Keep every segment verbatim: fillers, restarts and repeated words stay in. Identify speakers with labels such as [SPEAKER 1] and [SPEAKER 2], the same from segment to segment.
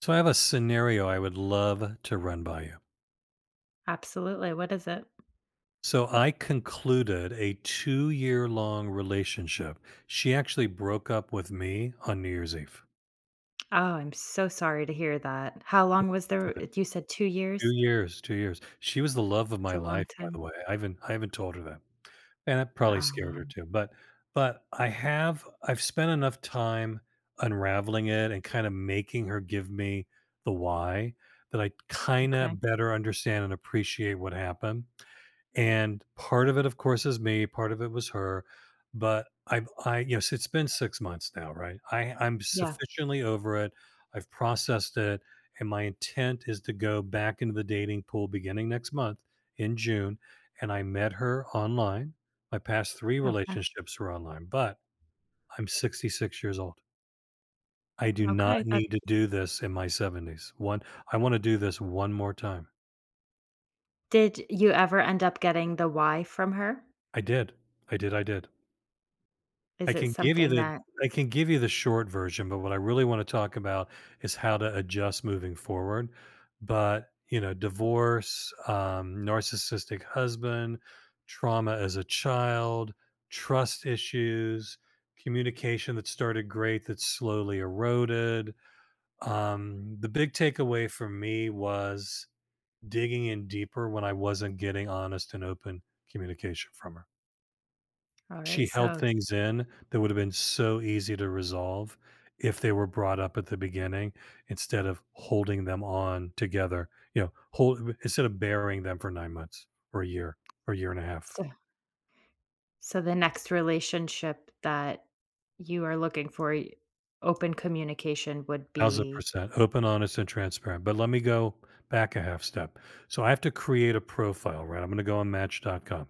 [SPEAKER 1] So I have a scenario I would love to run by you.
[SPEAKER 2] Absolutely, what is it?
[SPEAKER 1] So I concluded a two year long relationship. She actually broke up with me on New Year's Eve.
[SPEAKER 2] Oh, I'm so sorry to hear that. How long was there
[SPEAKER 1] For the
[SPEAKER 2] uh, you said two
[SPEAKER 1] Two
[SPEAKER 2] years?
[SPEAKER 1] years, two years. She was the love of
[SPEAKER 2] That's
[SPEAKER 1] my
[SPEAKER 2] a long
[SPEAKER 1] life, by the
[SPEAKER 2] time.
[SPEAKER 1] way. I haven't I haven't told her that. And that probably scared her
[SPEAKER 2] Um,
[SPEAKER 1] too. But but I have I've spent enough time unraveling it and kind of making her give me the why that I kind
[SPEAKER 2] okay.
[SPEAKER 1] of better understand and appreciate what happened. And part of it, of course, is me, part of it was her, but I I yes, it's been six months now, right? I I'm
[SPEAKER 2] Yeah,
[SPEAKER 1] sufficiently over it. I've processed it, and my intent is to go back into the dating pool beginning next month in June, and I met her online. My past three
[SPEAKER 2] okay,
[SPEAKER 1] relationships were online, but I'm sixty-six years old. I do not
[SPEAKER 2] okay, uh,
[SPEAKER 1] need to do this in my seventies. One I wanna do this one more time.
[SPEAKER 2] did you ever end up getting the why from her?
[SPEAKER 1] I did. I did, I did. I
[SPEAKER 2] Is it
[SPEAKER 1] can give you
[SPEAKER 2] something
[SPEAKER 1] the
[SPEAKER 2] that
[SPEAKER 1] I can give you the short version, but what I really want to talk about is how to adjust moving forward. But, you know, divorce, um, narcissistic husband, trauma as a child, trust issues, communication that started great that's slowly eroded. Um, the big takeaway for me was digging in deeper when I wasn't getting honest and open communication from her.
[SPEAKER 2] alright,
[SPEAKER 1] She held
[SPEAKER 2] so
[SPEAKER 1] things in that would have been so easy to resolve if they were brought up at the beginning instead of holding them on together, you know, hold instead of burying them for nine months or a year or a year and a half.
[SPEAKER 2] so so the next relationship that you are looking for, y open communication would be
[SPEAKER 1] one thousand percent, open, honest, and transparent. But let me go back a half step. So I have to create a profile, right? I'm gonna go on match dot com.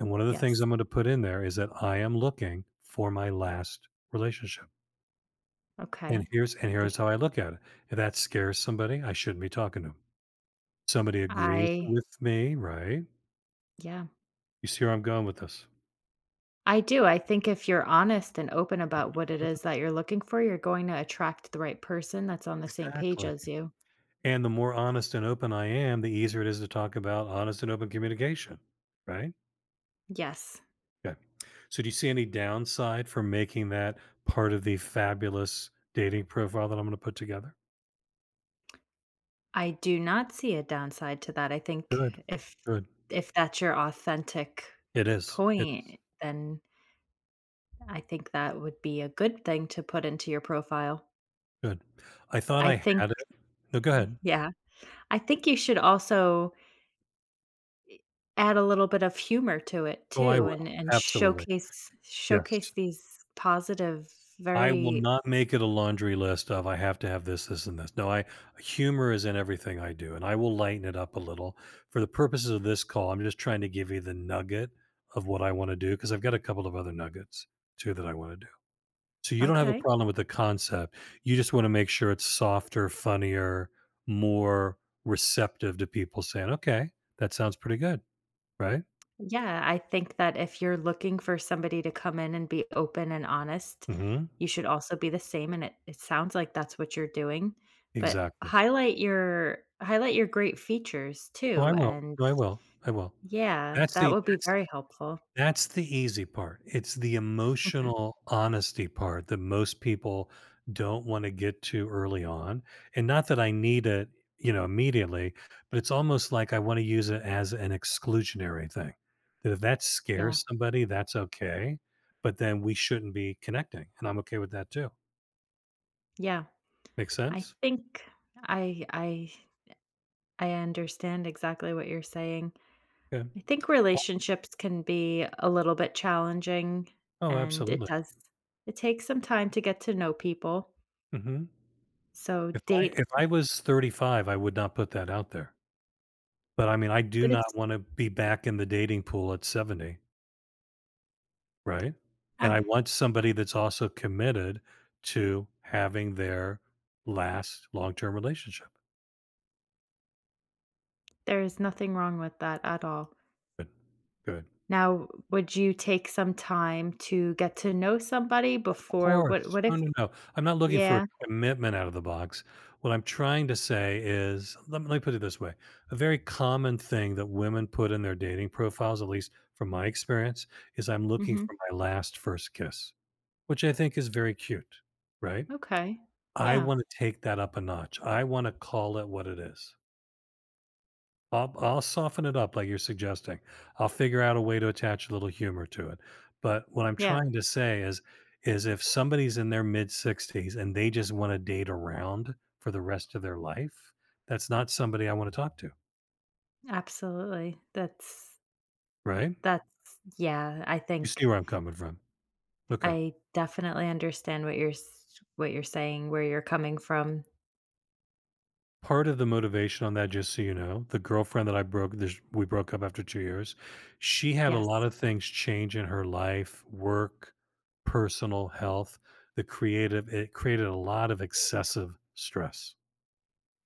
[SPEAKER 1] And one of the things
[SPEAKER 2] yes,
[SPEAKER 1] I'm gonna put in there is that I am looking for my last relationship. And
[SPEAKER 2] okay.
[SPEAKER 1] here's and
[SPEAKER 2] There
[SPEAKER 1] here's how I look at it. If that scares somebody, I shouldn't be talking to 'em. Somebody agrees
[SPEAKER 2] I
[SPEAKER 1] with me, right?
[SPEAKER 2] yeah.
[SPEAKER 1] You see where I'm going with this?
[SPEAKER 2] I do. I think if you're honest and open about what it is that you're looking for, you're going to attract the right person that's on the same page
[SPEAKER 1] Exactly.
[SPEAKER 2] as you.
[SPEAKER 1] And the more honest and open I am, the easier it is to talk about honest and open communication, right?
[SPEAKER 2] Yes.
[SPEAKER 1] Okay. So, do you see any downside for making that part of the fabulous dating profile that I'm going to put together?
[SPEAKER 2] I do not see a downside to that. I
[SPEAKER 1] Good.
[SPEAKER 2] think if
[SPEAKER 1] Good.
[SPEAKER 2] if that's your authentic
[SPEAKER 1] It is. It is.
[SPEAKER 2] point, then I think that would be a good thing to put into your profile.
[SPEAKER 1] Good. I thought
[SPEAKER 2] I
[SPEAKER 1] I
[SPEAKER 2] think
[SPEAKER 1] had it. No, go ahead.
[SPEAKER 2] yeah. I think you should also add a little bit of humor to it
[SPEAKER 1] Oh, I
[SPEAKER 2] too
[SPEAKER 1] will.
[SPEAKER 2] and and
[SPEAKER 1] Absolutely.
[SPEAKER 2] showcase
[SPEAKER 1] Yes.
[SPEAKER 2] showcase these positive
[SPEAKER 1] I will
[SPEAKER 2] very
[SPEAKER 1] not make it a laundry list of I have to have this, this, and this. No, I humor is in everything I do, and I will lighten it up a little. For the purposes of this call, I'm just trying to give you the nugget of what I want to do because I've got a couple of other nuggets too that I want to do. So you don't have a
[SPEAKER 2] okay.
[SPEAKER 1] problem with the concept. You just want to make sure it's softer, funnier, more receptive to people saying, okay, that sounds pretty good, right?
[SPEAKER 2] Yeah, I think that if you're looking for somebody to come in and be open and honest,
[SPEAKER 1] Hmm.
[SPEAKER 2] you should also be the same, and it it sounds like that's what you're doing, but
[SPEAKER 1] Exactly.
[SPEAKER 2] highlight your highlight your great features
[SPEAKER 1] Oh,
[SPEAKER 2] too,
[SPEAKER 1] I will.
[SPEAKER 2] and
[SPEAKER 1] No, I will. I will.
[SPEAKER 2] yeah,
[SPEAKER 1] That's
[SPEAKER 2] that
[SPEAKER 1] the
[SPEAKER 2] would be
[SPEAKER 1] that's
[SPEAKER 2] very helpful.
[SPEAKER 1] That's the easy part. It's the
[SPEAKER 2] Mhm.
[SPEAKER 1] emotional honesty part that most people don't want to get to early on. And not that I need it, you know, immediately, but it's almost like I want to use it as an exclusionary thing. That if that
[SPEAKER 2] Yeah,
[SPEAKER 1] scares somebody, that's okay. But then we shouldn't be connecting. And I'm okay with that too.
[SPEAKER 2] yeah.
[SPEAKER 1] Make
[SPEAKER 2] I
[SPEAKER 1] sense?
[SPEAKER 2] think I I I understand exactly what you're saying.
[SPEAKER 1] Yeah.
[SPEAKER 2] I think relationships can be a little bit challenging,
[SPEAKER 1] Oh,
[SPEAKER 2] and it
[SPEAKER 1] absolutely.
[SPEAKER 2] does it takes some time to get to know people.
[SPEAKER 1] Hmm.
[SPEAKER 2] So
[SPEAKER 1] If I
[SPEAKER 2] date
[SPEAKER 1] if I was thirty-five, I would not put that out there. But I mean, I do
[SPEAKER 2] but it's
[SPEAKER 1] not want to be back in the dating pool at seventy. Right, and
[SPEAKER 2] uh,
[SPEAKER 1] I want somebody that's also committed to having their last long-term relationship.
[SPEAKER 2] there's nothing wrong with that at all.
[SPEAKER 1] Good, good.
[SPEAKER 2] Now, would you take some time to get to know somebody
[SPEAKER 1] Of
[SPEAKER 2] before what
[SPEAKER 1] course.
[SPEAKER 2] what
[SPEAKER 1] No,
[SPEAKER 2] if
[SPEAKER 1] no, no. I'm not looking for a
[SPEAKER 2] yeah,
[SPEAKER 1] commitment out of the box. What I'm trying to say is let me let me put it this way, a very common thing that women put in their dating profiles, at least from my experience, is I'm looking
[SPEAKER 2] mhm,
[SPEAKER 1] for my last first kiss, which I think is very cute, right?
[SPEAKER 2] okay.
[SPEAKER 1] I
[SPEAKER 2] Yeah,
[SPEAKER 1] wanna take that up a notch. I wanna call it what it is. I'll I'll soften it up like you're suggesting. I'll figure out a way to attach a little humor to it. But what I'm
[SPEAKER 2] yeah,
[SPEAKER 1] trying to say is is if somebody's in their mid sixties and they just want to date around for the rest of their life, that's not somebody I want to talk to,
[SPEAKER 2] absolutely. That's
[SPEAKER 1] right?
[SPEAKER 2] that's yeah, I
[SPEAKER 1] You see
[SPEAKER 2] think
[SPEAKER 1] where I'm coming from. Okay.
[SPEAKER 2] I definitely understand what you're s what you're saying, where you're coming from.
[SPEAKER 1] Part of the motivation on that, just so you know, the girlfriend that I broke this we broke up after two years, she had a lot
[SPEAKER 2] Yes.
[SPEAKER 1] of things change in her life, work, personal, health. The creative it created a lot of excessive stress,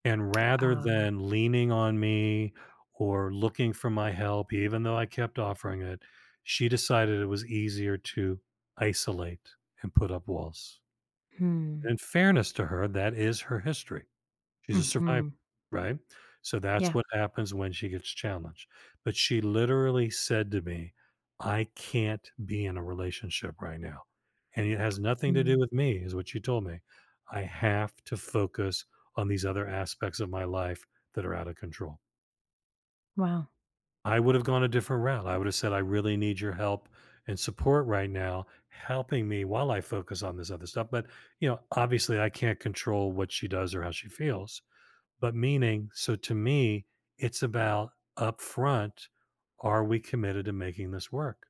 [SPEAKER 1] and rather
[SPEAKER 2] Um,
[SPEAKER 1] than leaning on me or looking for my help, even though I kept offering it, she decided it was easier to isolate and put up walls.
[SPEAKER 2] hmm,
[SPEAKER 1] In fairness to her, that is her history. She's a survivor,
[SPEAKER 2] mhm,
[SPEAKER 1] right? So that's
[SPEAKER 2] yeah,
[SPEAKER 1] what happens when she gets challenged. But she literally said to me, I can't be in a relationship right now. And it has nothing to do
[SPEAKER 2] mm,
[SPEAKER 1] with me, is what she told me. I have to focus on these other aspects of my life that are out of control.
[SPEAKER 2] wow.
[SPEAKER 1] I would have gone a different route. I would have said, I really need your help and support right now, helping me while I focus on this other stuff. But, you know, obviously I can't control what she does or how she feels, but meaning, so to me, it's about upfront: are we committed to making this work,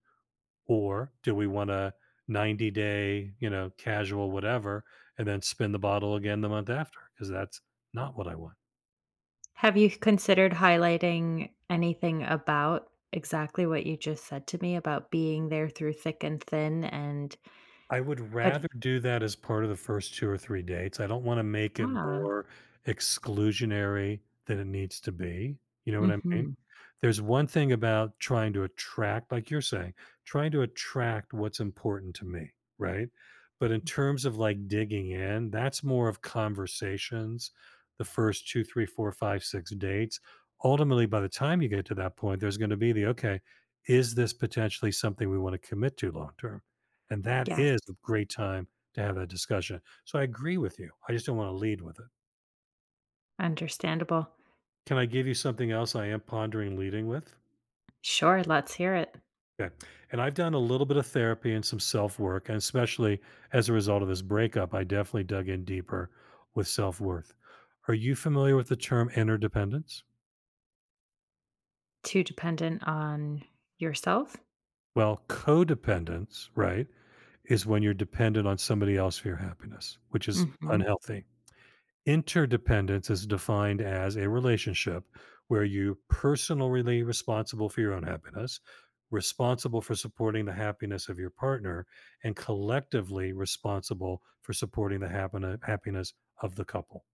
[SPEAKER 1] or do we want a ninety day, you know casual whatever, and then spin the bottle again the month after, because that's not what I want.
[SPEAKER 2] Have you considered highlighting anything about exactly what you just said to me about being there through thick and thin and
[SPEAKER 1] I would
[SPEAKER 2] put
[SPEAKER 1] rather do that as part of the first two or three dates. I don't want to make it
[SPEAKER 2] ah,
[SPEAKER 1] more exclusionary than it needs to be, you know what I mean?
[SPEAKER 2] mhm.
[SPEAKER 1] There's one thing about trying to attract, like you're saying, trying to attract what's important to me, right? But in terms of like digging in, that's more of conversations, the first two, three, four, five, six dates. Ultimately, by the time you get to that point, there's going to be the okay, is this potentially something we want to commit to long term? And that
[SPEAKER 2] Yes,
[SPEAKER 1] is a great time to have that discussion. So I agree with you. I just don't want to lead with it.
[SPEAKER 2] understandable.
[SPEAKER 1] Can I give you something else I am pondering leading with?
[SPEAKER 2] Sure, let's hear it.
[SPEAKER 1] Okay. And I've done a little bit of therapy and some self work, and especially as a result of this breakup, I definitely dug in deeper with self worth. Are you familiar with the term interdependence?
[SPEAKER 2] Too dependent on yourself?
[SPEAKER 1] Well, codependence, right, is when you're dependent on somebody else for your happiness, which is
[SPEAKER 2] Mhm.
[SPEAKER 1] unhealthy. Interdependence is defined as a relationship where you're personally responsible for your own happiness, responsible for supporting the happiness of your partner, and collectively responsible for supporting the happina- happiness of the couple.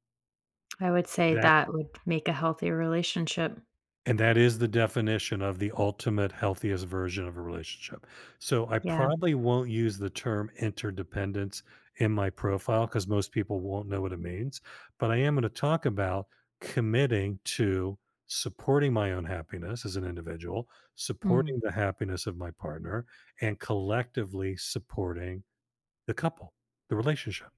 [SPEAKER 2] I would say
[SPEAKER 1] That
[SPEAKER 2] that would make a healthy relationship.
[SPEAKER 1] And that is the definition of the ultimate healthiest version of a relationship. So I
[SPEAKER 2] Yeah.
[SPEAKER 1] probably won't use the term interdependence in my profile because most people won't know what it means. But I am going to talk about committing to supporting my own happiness as an individual,
[SPEAKER 2] Mm,
[SPEAKER 1] supporting the happiness of my partner, and collectively supporting the couple, the relationship,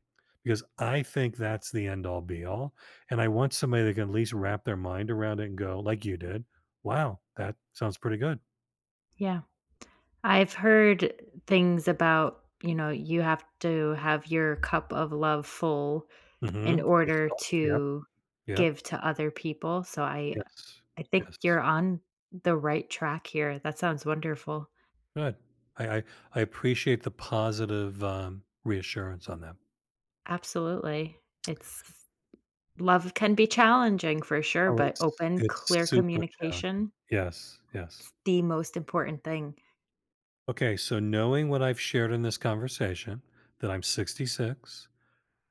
[SPEAKER 1] because I think that's the end all be all. And I want somebody that can at least wrap their mind around it and go, like you did, wow, that sounds pretty good.
[SPEAKER 2] yeah. I've heard things about, you know, you have to have your cup of love full in
[SPEAKER 1] Hmm. For
[SPEAKER 2] order
[SPEAKER 1] yourself. Yep.
[SPEAKER 2] to
[SPEAKER 1] Yep.
[SPEAKER 2] give to other people. So I
[SPEAKER 1] Yes.
[SPEAKER 2] I think you're
[SPEAKER 1] Yes.
[SPEAKER 2] on the right track here. That sounds wonderful.
[SPEAKER 1] Good. I, I, I appreciate the positive um, reassurance on that.
[SPEAKER 2] Absolutely. It's love can be challenging for sure,
[SPEAKER 1] Oh,
[SPEAKER 2] but
[SPEAKER 1] it's
[SPEAKER 2] open,
[SPEAKER 1] it's
[SPEAKER 2] clear
[SPEAKER 1] super challenging.
[SPEAKER 2] communication,
[SPEAKER 1] Yes, yes.
[SPEAKER 2] is the most important thing.
[SPEAKER 1] Okay, so knowing what I've shared in this conversation, that I'm sixty-six,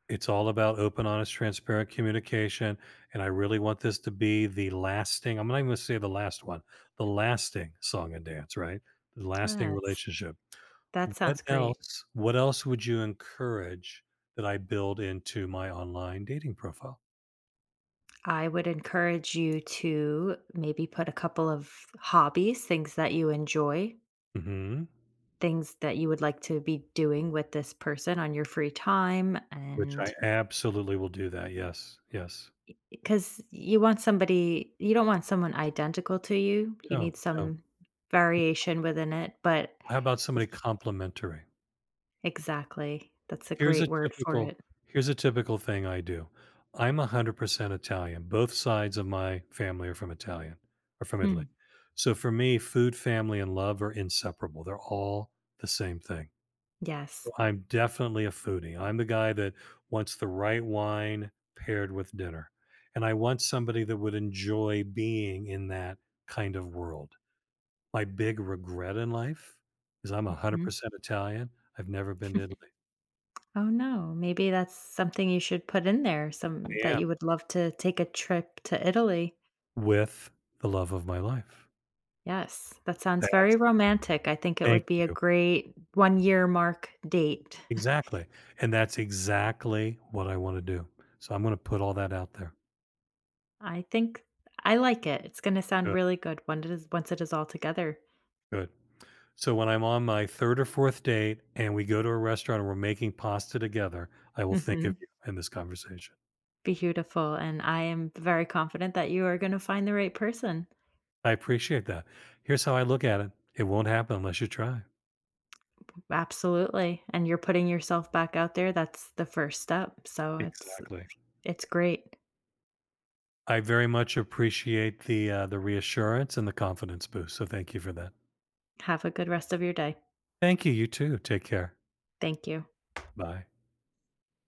[SPEAKER 1] it's all about open, honest, transparent communication, and I really want this to be the lasting I'm not even gonna say the last one, the lasting song and dance, right? The
[SPEAKER 2] Ah,
[SPEAKER 1] lasting
[SPEAKER 2] that's,
[SPEAKER 1] relationship.
[SPEAKER 2] that
[SPEAKER 1] What
[SPEAKER 2] sounds great.
[SPEAKER 1] else what else would you encourage that I build into my online dating profile?
[SPEAKER 2] I would encourage you to maybe put a couple of hobbies, things that you enjoy,
[SPEAKER 1] Mhm.
[SPEAKER 2] things that you would like to be doing with this person on your free time
[SPEAKER 1] Which
[SPEAKER 2] and
[SPEAKER 1] I absolutely will do that, yes, yes.
[SPEAKER 2] because you want somebody. You don't want someone identical to you. You
[SPEAKER 1] No,
[SPEAKER 2] need
[SPEAKER 1] no.
[SPEAKER 2] some variation within it, but
[SPEAKER 1] How about
[SPEAKER 2] if
[SPEAKER 1] somebody
[SPEAKER 2] you
[SPEAKER 1] complimentary?
[SPEAKER 2] exactly. That's a
[SPEAKER 1] Here's
[SPEAKER 2] great
[SPEAKER 1] a
[SPEAKER 2] word for
[SPEAKER 1] typical
[SPEAKER 2] it.
[SPEAKER 1] Here's a typical thing I do. I'm one hundred percent Italian. Both sides of my family are from Italian or from Italy.
[SPEAKER 2] Hmm.
[SPEAKER 1] So for me, food, family, and love are inseparable. They're all the same thing.
[SPEAKER 2] Yes.
[SPEAKER 1] So I'm definitely a foodie. I'm the guy that wants the right wine paired with dinner. And I want somebody that would enjoy being in that kind of world. My big regret in life is I'm
[SPEAKER 2] Mhm.
[SPEAKER 1] one hundred percent Italian. I've never been to Italy.
[SPEAKER 2] Oh, no. Maybe that's something you should put in there, some
[SPEAKER 1] I
[SPEAKER 2] that
[SPEAKER 1] am.
[SPEAKER 2] you would love to take a trip to Italy.
[SPEAKER 1] With the love of my life.
[SPEAKER 2] Yes, that sounds very
[SPEAKER 1] That's
[SPEAKER 2] romantic. I think it would
[SPEAKER 1] Thank
[SPEAKER 2] be a
[SPEAKER 1] you.
[SPEAKER 2] great one-year mark date.
[SPEAKER 1] Exactly, and that's exactly what I wanna do. So I'm gonna put all that out there.
[SPEAKER 2] I think I like it. It's gonna sound
[SPEAKER 1] Good,
[SPEAKER 2] really good when it is once it is all together.
[SPEAKER 1] good. So when I'm on my third or fourth date and we go to a restaurant and we're making pasta together, I will think of
[SPEAKER 2] Mhm.
[SPEAKER 1] you in this conversation.
[SPEAKER 2] Beautiful, and I am very confident that you are gonna find the right person.
[SPEAKER 1] I appreciate that. Here's how I look at it, it won't happen unless you try.
[SPEAKER 2] Absolutely, and you're putting yourself back out there, that's the first step, so it's
[SPEAKER 1] Exactly.
[SPEAKER 2] it's great.
[SPEAKER 1] I very much appreciate the, uh, the reassurance and the confidence boost, so thank you for that.
[SPEAKER 2] Have a good rest of your day.
[SPEAKER 1] Thank you, you too. Take care.
[SPEAKER 2] Thank you.
[SPEAKER 1] Bye.